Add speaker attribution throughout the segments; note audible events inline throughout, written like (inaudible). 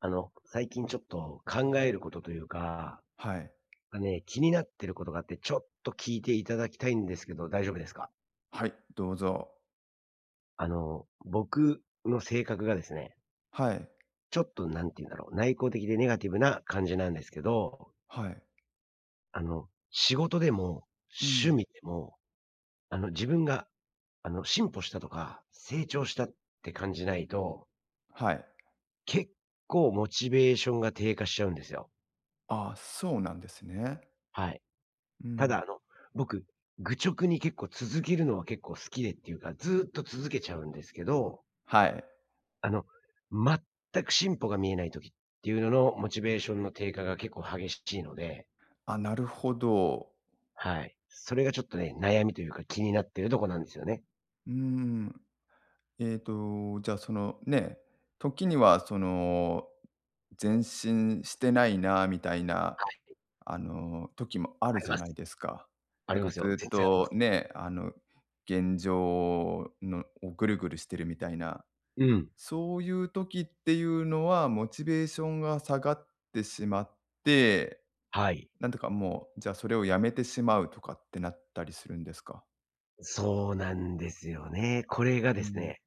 Speaker 1: 最近ちょっと考えることというか、
Speaker 2: はい。
Speaker 1: がね、気になってることがあって、ちょっと聞いていただきたいんですけど、大丈夫ですか？
Speaker 2: はい、どうぞ。
Speaker 1: 僕の性格がですね、
Speaker 2: はい。
Speaker 1: ちょっとなんて言うんだろう、内向的でネガティブな感じなんですけど、
Speaker 2: はい。
Speaker 1: 仕事でも
Speaker 2: うん。
Speaker 1: 趣味でも、自分が、進歩したとか、成長したって感じないと、
Speaker 2: はい。
Speaker 1: 結構モチベーションが低下しちゃうんですよ。
Speaker 2: ああ、そうなんですね。
Speaker 1: はい。
Speaker 2: う
Speaker 1: た
Speaker 2: ん。
Speaker 1: だ、僕、愚直に結構続けるのは結構好きでっていうか、ずーっと続けちゃうんですけど、
Speaker 2: はい。
Speaker 1: あの、全く進歩が見えない時っていうのの、モチベーションの低下が結構激しいので、
Speaker 2: あ、なるほど。
Speaker 1: はい。それがちょっとね、悩みというか気になってるとこなんですよね。
Speaker 2: うーん。じゃあ、その、ね、時には、前進してないなみたいな、
Speaker 1: はい、
Speaker 2: 時もある
Speaker 1: あり
Speaker 2: じ
Speaker 1: ま
Speaker 2: ゃない
Speaker 1: す。
Speaker 2: ですか。
Speaker 1: あ
Speaker 2: なん
Speaker 1: り
Speaker 2: か
Speaker 1: ますよ。
Speaker 2: ずっ
Speaker 1: 全然ありま
Speaker 2: と
Speaker 1: す。
Speaker 2: ね、現状のをぐるぐるしてるみたいな
Speaker 1: うん。
Speaker 2: そういう時っていうのは、モチベーションが下がってしまって、
Speaker 1: はい。
Speaker 2: なんとかもう、じゃあそれをやめてしまうとかってなったりするんですか？
Speaker 1: そうなんですよね。これが
Speaker 2: う
Speaker 1: です
Speaker 2: ん。
Speaker 1: ね、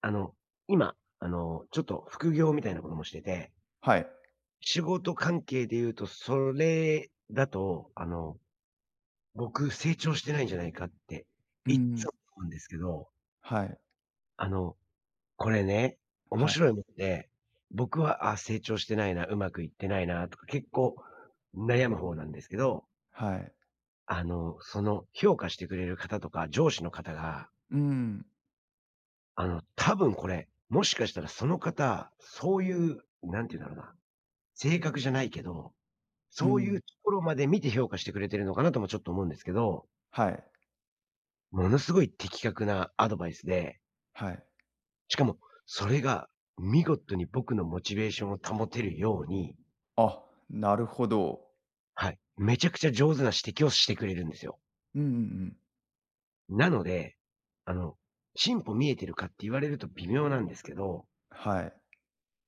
Speaker 1: あの、今、ちょっと副業みたいなこともしてて
Speaker 2: はい。
Speaker 1: 仕事関係で言うと、それだと、僕成長してないんじゃないかって、
Speaker 2: う
Speaker 1: いっつ
Speaker 2: ん。
Speaker 1: も思うんですけど、
Speaker 2: はい、
Speaker 1: あの、これね、面
Speaker 2: はい、
Speaker 1: 白いもんで、僕は、あ、成長してないな、うまくいってないなとか、結構悩む方なんですけど、
Speaker 2: はい。
Speaker 1: その評価してくれる方とか、上司の方が、
Speaker 2: うん、
Speaker 1: 多分これ、もしかしたらその方、そういう、なんて言うんだろうな、性格じゃないけど
Speaker 2: う
Speaker 1: そうい
Speaker 2: ん。
Speaker 1: うところまで見て評価してくれてるのかなともちょっと思うんですけど、
Speaker 2: はい、
Speaker 1: ものすごい的確なアドバイスで、
Speaker 2: はい。
Speaker 1: しかもそれが見事に僕のモチベーションを保てるように、
Speaker 2: あ、なるほど。
Speaker 1: はい、めちゃくちゃ上手な指摘をしてくれるんですよ。
Speaker 2: うんうんうん。
Speaker 1: なので、あの、進歩見えてるかって言われると微妙なんですけど、
Speaker 2: はい。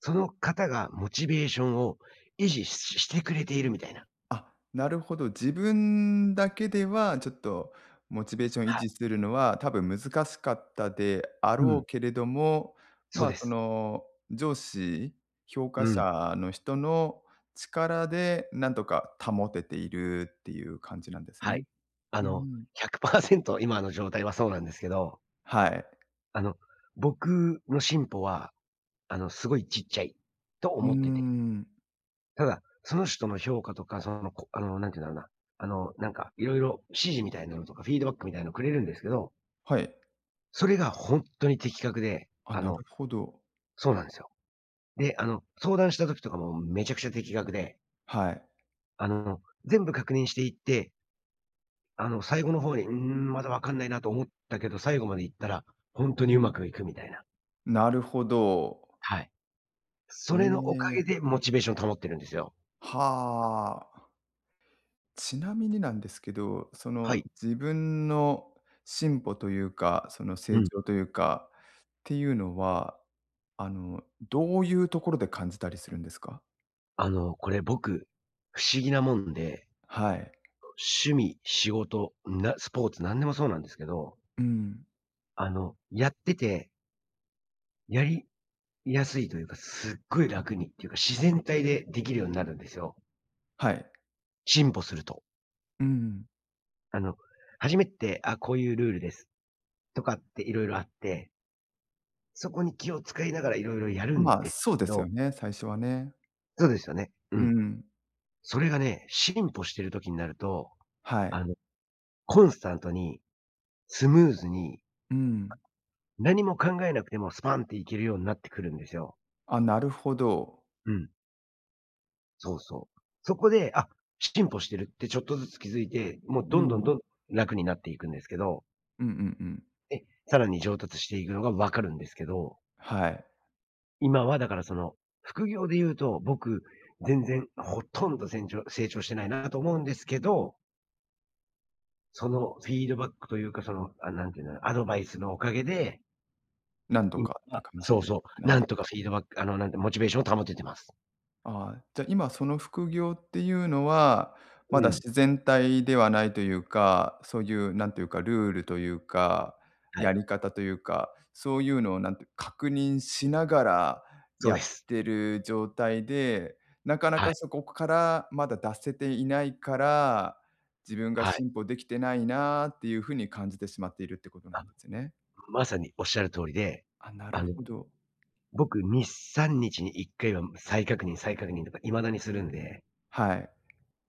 Speaker 1: その方がモチベーションを維持ししてくれているみたいな。
Speaker 2: あ、なるほど。自分だけでは、ちょっとモチベーション維
Speaker 1: は
Speaker 2: 持
Speaker 1: い。
Speaker 2: するのは、多分難しかったであ
Speaker 1: う
Speaker 2: ろう
Speaker 1: ん。
Speaker 2: けれども、
Speaker 1: そ
Speaker 2: ま
Speaker 1: う
Speaker 2: あ、
Speaker 1: です。
Speaker 2: 上司、評価
Speaker 1: うん。
Speaker 2: 者の人の力でなんとか保てているっていう感じなんです
Speaker 1: は
Speaker 2: ね。
Speaker 1: い。あ
Speaker 2: う
Speaker 1: の、
Speaker 2: ん。
Speaker 1: 100%今の状態はそうなんですけど
Speaker 2: はい。
Speaker 1: あの、僕の進歩は、すごいちっちゃいと
Speaker 2: うー
Speaker 1: 思ってて。
Speaker 2: ん。
Speaker 1: ただ、その人の評価とか、その、こあの、なんて言うんだろうな、なんか、いろいろ指示みたいなのとか、フィードバックみたいなのくれるんですけど、
Speaker 2: はい。
Speaker 1: それが本当に的確で、
Speaker 2: あ、なるほど。
Speaker 1: そうなんですよ。で、相談した時とかもめちゃくちゃ的確で、
Speaker 2: はい。
Speaker 1: あの、全部確認していって、最後の方に、うーん、まだわかんないなと思ったけど、最後まで行ったら、本当にうまくいくみたいな。
Speaker 2: なるほど。
Speaker 1: はい。そ
Speaker 2: え
Speaker 1: れのおかげ
Speaker 2: え。
Speaker 1: でモチベーション保ってるんですよ。
Speaker 2: はあ。ちなみになんですけど、そ
Speaker 1: は
Speaker 2: の
Speaker 1: い。
Speaker 2: 自分の進歩というか、その
Speaker 1: う
Speaker 2: 成
Speaker 1: ん。
Speaker 2: 長というかっていうのは、どういうところで感じたりするんですか？
Speaker 1: これ僕、不思議なもんで、
Speaker 2: はい。
Speaker 1: 趣味、仕事、なスポーツ、なんでもそうなんですけど、
Speaker 2: うん。
Speaker 1: やってて、やりやすいというか、すっごい楽にっていうか、自然体でできるようになるんですよ。
Speaker 2: はい。
Speaker 1: 進歩すると。
Speaker 2: うん。
Speaker 1: あの、初めて、あ、こういうルールです、とかっていろいろあって、そこに気を使いながらいろいろやるん
Speaker 2: まあ、
Speaker 1: です
Speaker 2: そう
Speaker 1: け
Speaker 2: です
Speaker 1: ど
Speaker 2: よね、最初はね。
Speaker 1: そうですよね。う
Speaker 2: う
Speaker 1: ん。
Speaker 2: ん。
Speaker 1: それがね、進歩してる時になると、
Speaker 2: はい。
Speaker 1: あの、コンスタントに、スムーズに
Speaker 2: うん。
Speaker 1: 何も考えなくてもスパンっていけるようになってくるんですよ。
Speaker 2: あ、なるほど。
Speaker 1: うん。そうそう。そこで、あ、進歩してるってちょっとずつ気づいて、もう
Speaker 2: う
Speaker 1: どんどん
Speaker 2: ん。
Speaker 1: どん楽になっていくんですけど、
Speaker 2: うんうんうん。
Speaker 1: で、さらに上達していくのがわかるんですけど、
Speaker 2: はい。
Speaker 1: 今はだからその、副業で言うと、僕、全然ほとんど成長してないなと思うんですけど、そのフィードバックというか、その、あ、なんていうんだろう、アドバイスのおかげで、
Speaker 2: 何度
Speaker 1: 今
Speaker 2: かって
Speaker 1: は
Speaker 2: 感
Speaker 1: そう
Speaker 2: じ
Speaker 1: そう、
Speaker 2: なん
Speaker 1: な
Speaker 2: で
Speaker 1: んと
Speaker 2: す
Speaker 1: か
Speaker 2: か？
Speaker 1: フィードバック、なんてモチベーションを保ててます。
Speaker 2: ああ、じゃ、今その副業っていうのは、ま
Speaker 1: う
Speaker 2: だ
Speaker 1: ん、
Speaker 2: 自然体ではないというか、そういうなんていうか、ルールというか、
Speaker 1: は
Speaker 2: や
Speaker 1: い。
Speaker 2: り方というか、そういうのをなんて確認しながら
Speaker 1: そう
Speaker 2: やっ
Speaker 1: です。
Speaker 2: てる状態で、なかな
Speaker 1: は
Speaker 2: か
Speaker 1: い、
Speaker 2: そこからまだ脱せていないから、自分が
Speaker 1: はい。
Speaker 2: 進歩できてないなっていう風に感じてしまっているってことな
Speaker 1: あ、
Speaker 2: んですね。
Speaker 1: まさにおっしゃる通りで、
Speaker 2: あ、な
Speaker 1: あ
Speaker 2: る
Speaker 1: の、
Speaker 2: ほど。
Speaker 1: 僕2、3日に1回は再確認とか未だにするんで、
Speaker 2: はい。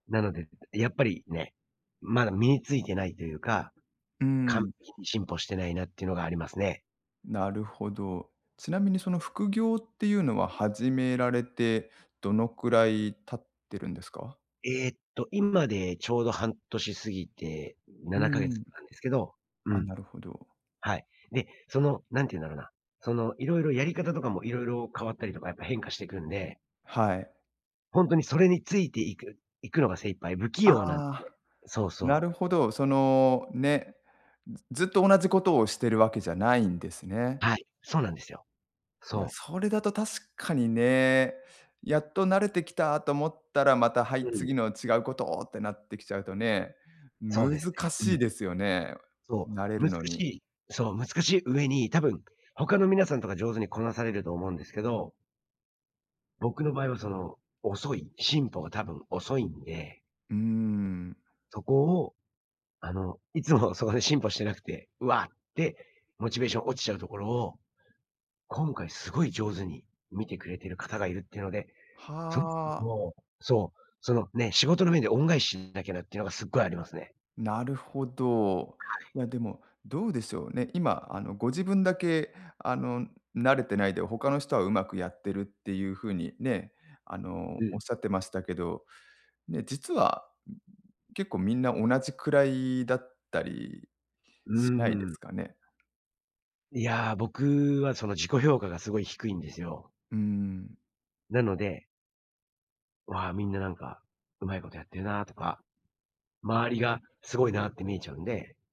Speaker 1: なので、やっぱりね、まだ身についてないというか、
Speaker 2: う
Speaker 1: 完
Speaker 2: ん。
Speaker 1: 璧に進歩してないなっていうのがありますね。
Speaker 2: なるほど。ちなみにその副業っていうのは始められてどのくらい経ってるんですか？
Speaker 1: 今でちょうど半年過ぎて
Speaker 2: う
Speaker 1: 7ヶ月
Speaker 2: ん。
Speaker 1: なんですけど、う
Speaker 2: あ、
Speaker 1: ん、
Speaker 2: なるほど。
Speaker 1: はい。で、その、なんて言うんだろうな、その、いろいろやり方とかもいろいろ変わったりとかやっぱ変化していくんで
Speaker 2: はい。
Speaker 1: ほんとにそれについていくのが精一杯、不器
Speaker 2: あ
Speaker 1: 用なんで。
Speaker 2: あ、
Speaker 1: そう
Speaker 2: な
Speaker 1: そう。
Speaker 2: るほど。ね、ずずっと同じことをしてるわけじゃないんですね。
Speaker 1: はい、そうなんですよ。
Speaker 2: いや、
Speaker 1: そう。
Speaker 2: それだと確かにね、やっと慣れてきたと思ったら、また、はい、
Speaker 1: うん、
Speaker 2: 次の違うことってなってきちゃうとね、
Speaker 1: そうで
Speaker 2: 難
Speaker 1: すね。う
Speaker 2: しい
Speaker 1: ん、
Speaker 2: ですよね、
Speaker 1: そ
Speaker 2: 慣れ
Speaker 1: う、
Speaker 2: る
Speaker 1: 難
Speaker 2: の
Speaker 1: し
Speaker 2: に。
Speaker 1: いう、難しい上に、多分、他の皆さんとか上手にこなされると思うんですけど、僕の場合はその、遅い、進歩が多分遅いんで、
Speaker 2: うーん。
Speaker 1: そこを、いつも (laughs) そこで進歩してなくて、うわってモチベーション落ちちゃうところを、今回すごい上手に見てくれてる方がいるっていうので、それ
Speaker 2: はあ、
Speaker 1: もそう、そのね、仕事の面で恩返ししなきゃなっていうのがすっごいありますね。
Speaker 2: なるほど。いや、でも、どうでしょうね。今、ご自分だけ、あの、慣れてないで、他の人はうまくやってるっていうふうにね、
Speaker 1: う
Speaker 2: おっ
Speaker 1: ん。
Speaker 2: しゃってましたけど、ね、実は、結構みんな同じくらいだったり
Speaker 1: うー
Speaker 2: しないで
Speaker 1: ん。
Speaker 2: すかね。
Speaker 1: いや、僕はその自己評価がすごい低いんですよ。
Speaker 2: うーん。
Speaker 1: なので、わあ、みんななんか、うまいことやってるなとか、周りがすごいなって見えちゃうんで (laughs)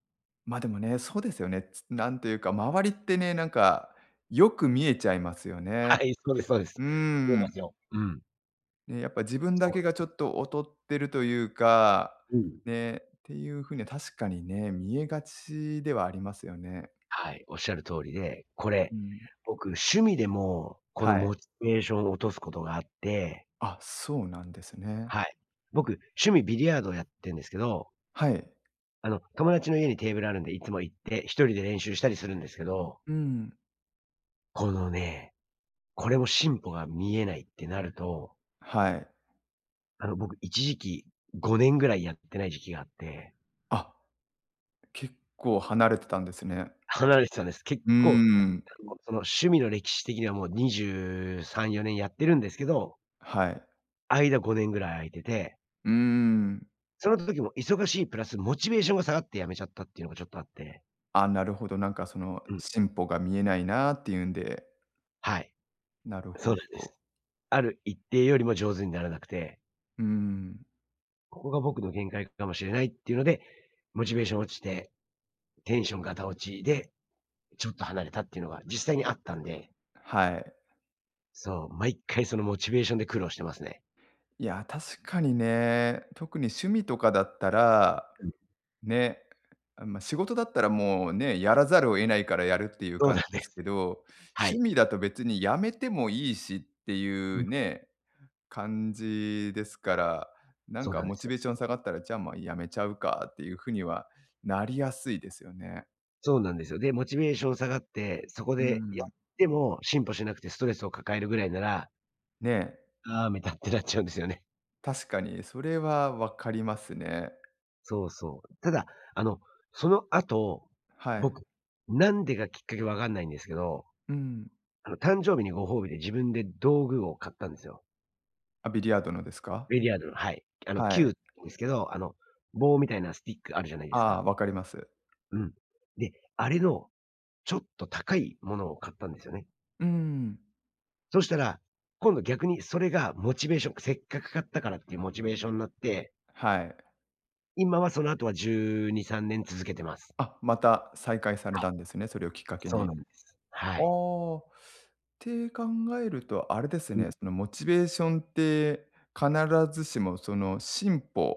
Speaker 2: ま、あでもね、そうですよね。つなんというか、周りってね、なんか、よく見えちゃいますよ
Speaker 1: は
Speaker 2: ね。
Speaker 1: い、そうですそうです。
Speaker 2: うー
Speaker 1: 見えま
Speaker 2: ん。
Speaker 1: すよ。うん。
Speaker 2: ね、やっぱ自分だ
Speaker 1: そ
Speaker 2: けが
Speaker 1: う
Speaker 2: ちょっと劣ってるというか、
Speaker 1: なんうん。
Speaker 2: ね、っていう風には確かにね、見えがちではありますよね。
Speaker 1: はい、おっしゃる通りで、こ
Speaker 2: う
Speaker 1: れ、
Speaker 2: ん。
Speaker 1: 僕趣味でも、この
Speaker 2: はい。
Speaker 1: モチベーションを落とすことがあって、
Speaker 2: あ、そうなんですね。
Speaker 1: はい。僕、趣味ビリヤードをやってんですけど
Speaker 2: はい。
Speaker 1: 友達の家にテーブルあるんで、いつも行って、一人で練習したりするんですけど、
Speaker 2: うん。
Speaker 1: このね、これも進歩が見えないってなると、
Speaker 2: はい。
Speaker 1: 僕一時期5年ぐらいやってない時期があって、
Speaker 2: あ、結構離れてたんですね。
Speaker 1: 離れてたんです。結
Speaker 2: うー
Speaker 1: 構、
Speaker 2: ん。
Speaker 1: その趣味の歴史的にはもう23、4年やってるんですけど、
Speaker 2: はい。
Speaker 1: 間5年ぐらい空いてて、
Speaker 2: うーん。
Speaker 1: その時も忙しいプラスモチベーションが下がって辞めちゃったっていうのがちょっとあって。
Speaker 2: あ、なるほど、なんかその
Speaker 1: うん、
Speaker 2: 進歩が見えないなっていうんで、
Speaker 1: はい、
Speaker 2: なる
Speaker 1: そ
Speaker 2: ほ
Speaker 1: うなんで
Speaker 2: ど。
Speaker 1: す。ある一定よりも上手にならなくて
Speaker 2: うーん。
Speaker 1: ここが僕の限界かもしれないっていうので、モチベーション落ちて、テンションガタ落ちで、ちょっと離れたっていうのが実際にあったんで、
Speaker 2: はい。
Speaker 1: そう、毎回そのモチベーションで苦労してますね。
Speaker 2: いや、確かにね、特に趣味とかだったら
Speaker 1: うん。
Speaker 2: ね、あ、まあ、仕事だったらもうね、やらざるを得ないからやるっていう
Speaker 1: そう
Speaker 2: 感
Speaker 1: なん
Speaker 2: じで
Speaker 1: で
Speaker 2: す
Speaker 1: す。
Speaker 2: けど、
Speaker 1: は
Speaker 2: 趣
Speaker 1: い。
Speaker 2: 味だと別にやめてもいいしってい
Speaker 1: う
Speaker 2: う
Speaker 1: ん。
Speaker 2: ね、感じですから、なん
Speaker 1: そう
Speaker 2: か
Speaker 1: なんで
Speaker 2: モ
Speaker 1: す
Speaker 2: チ
Speaker 1: よ。
Speaker 2: ベーション下がったら、じゃあ、ま、やめちゃうかっていう風にはなりやすいですよね。
Speaker 1: そうなんですよ。で、モチベーション下がって、そこ
Speaker 2: う
Speaker 1: でや
Speaker 2: ん。
Speaker 1: っても進歩しなくてストレスを抱えるぐらいなら、
Speaker 2: ね、
Speaker 1: ああ、みたいってなっちゃうんですよね。
Speaker 2: 確かにそれは分かりますね。
Speaker 1: そうそう。ただ、あの、その後、
Speaker 2: はい。
Speaker 1: 僕、なんでがきっかけわかんないんですけど
Speaker 2: うん。
Speaker 1: 誕生日にご褒美で自分で道具を買ったんですよ。
Speaker 2: あ、ビリヤードのですか？
Speaker 1: ビリヤードの、はい。
Speaker 2: はい。
Speaker 1: 球ですけど、棒みたいなスティックあるじゃないです
Speaker 2: ああ、
Speaker 1: か。
Speaker 2: 分かります。
Speaker 1: うん。で、あれのちょっと高いものを買ったんですよね。
Speaker 2: うん。
Speaker 1: そしたら、今度逆にそれがモチベーションせっかく買ったからっていうモチベーションになって、
Speaker 2: はい。
Speaker 1: 今はその後は12、3年続けてます。
Speaker 2: あ、また再開され
Speaker 1: はい、
Speaker 2: たんですね、それをきっかけ
Speaker 1: そう
Speaker 2: に。
Speaker 1: なんです。は
Speaker 2: あ
Speaker 1: い。
Speaker 2: あ、って考えると、あれですね、そのモチベーションって必ずしもその進歩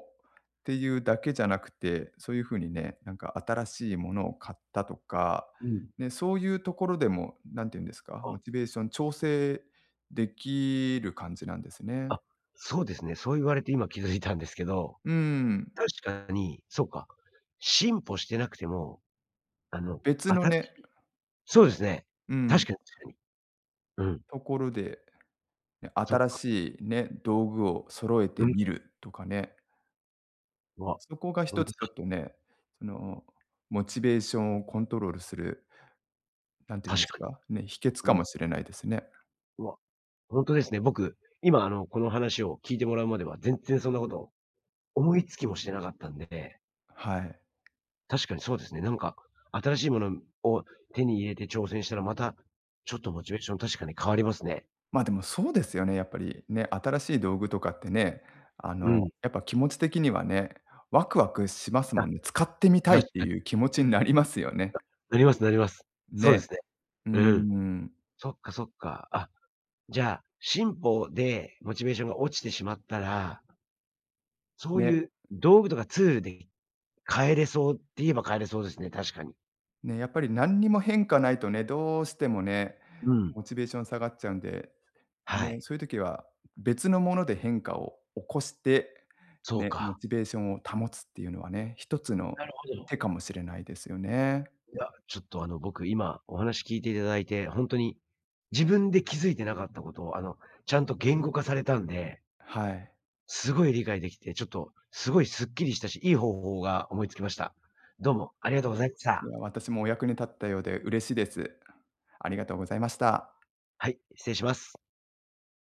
Speaker 2: っていうだけじゃなくて、そういう風にね、なんか新しいものを買ったとか、
Speaker 1: うん、うん。
Speaker 2: ね、そういうところでも、なんていうんですか、モ
Speaker 1: あ、
Speaker 2: チベーション調整できる感じなんですね。
Speaker 1: あ、そうですね。そう言われて今気づいたんですけど
Speaker 2: うん、
Speaker 1: 確かに、そうか。進歩してなくても、あの、
Speaker 2: 別の
Speaker 1: 新
Speaker 2: ね
Speaker 1: しいそうですね。
Speaker 2: う
Speaker 1: 確
Speaker 2: ん、
Speaker 1: かに確かに。うん。
Speaker 2: ところでね、
Speaker 1: そっ
Speaker 2: 新
Speaker 1: か。
Speaker 2: しいね、道具を揃え
Speaker 1: う
Speaker 2: て
Speaker 1: ん。
Speaker 2: みるとかね、
Speaker 1: うわ、
Speaker 2: そこが
Speaker 1: ほ
Speaker 2: 一
Speaker 1: ん
Speaker 2: つ
Speaker 1: と
Speaker 2: ちょ
Speaker 1: だ。
Speaker 2: っとね、その、モチベーションをコントロールする、なんて言うんで
Speaker 1: 確
Speaker 2: す
Speaker 1: かに。
Speaker 2: か、ね、秘訣か
Speaker 1: うん。
Speaker 2: もしれないですね。
Speaker 1: うわ、ほんとですね。僕、今この話を聞いてもらうまでは、全然そんなこと思いつきもしてなかったんで、
Speaker 2: はい。
Speaker 1: 確かにそうですね。なんか、新しいものを手に入れて挑戦したら、また、ちょっとモチベーション確かに変わりますね。
Speaker 2: ま、でもそうですよね、やっぱりね、新しい道具とかってね、
Speaker 1: うん。
Speaker 2: やっぱ気持ち的にはね、ワクワクします
Speaker 1: あ、
Speaker 2: もんね。使ってみたい
Speaker 1: 確
Speaker 2: って
Speaker 1: か
Speaker 2: いう
Speaker 1: に。
Speaker 2: 気持ちになりますよね。
Speaker 1: なりますなります。そうで
Speaker 2: ね、
Speaker 1: すね。
Speaker 2: うー
Speaker 1: うん。
Speaker 2: ん。
Speaker 1: そっかそっか。あじゃあ、進歩でモチベーションが落ちてしまったら、そう
Speaker 2: ね、
Speaker 1: いう道具とかツールで変えれそうって言えば変えれそうですね、確かに。
Speaker 2: ね、やっぱり何にも変化ないとね、どうしてもね、
Speaker 1: うん。
Speaker 2: モチベーション下がっちゃうんで
Speaker 1: は
Speaker 2: ね、
Speaker 1: い。
Speaker 2: そういう時は別のもので変化を起こして、
Speaker 1: そう
Speaker 2: ね、モ
Speaker 1: か。
Speaker 2: チベーションを保つっていうのはね、一つの
Speaker 1: なるほど。
Speaker 2: 手かもしれないですよね。
Speaker 1: いや、ちょっと僕今お話聞いていただいて、ほんとに自分で気づいてなかったことを、ちゃんと言語化されたんで、
Speaker 2: はい。
Speaker 1: すごい理解できて、ちょっとすごいすっきりしたし、いい方法が思いつきました。どうもあり
Speaker 2: あ、
Speaker 1: がとうございまし
Speaker 2: い
Speaker 1: た。
Speaker 2: や、私もお役に立ったようで嬉しいです。ありがとうございました。
Speaker 1: はい、失礼します。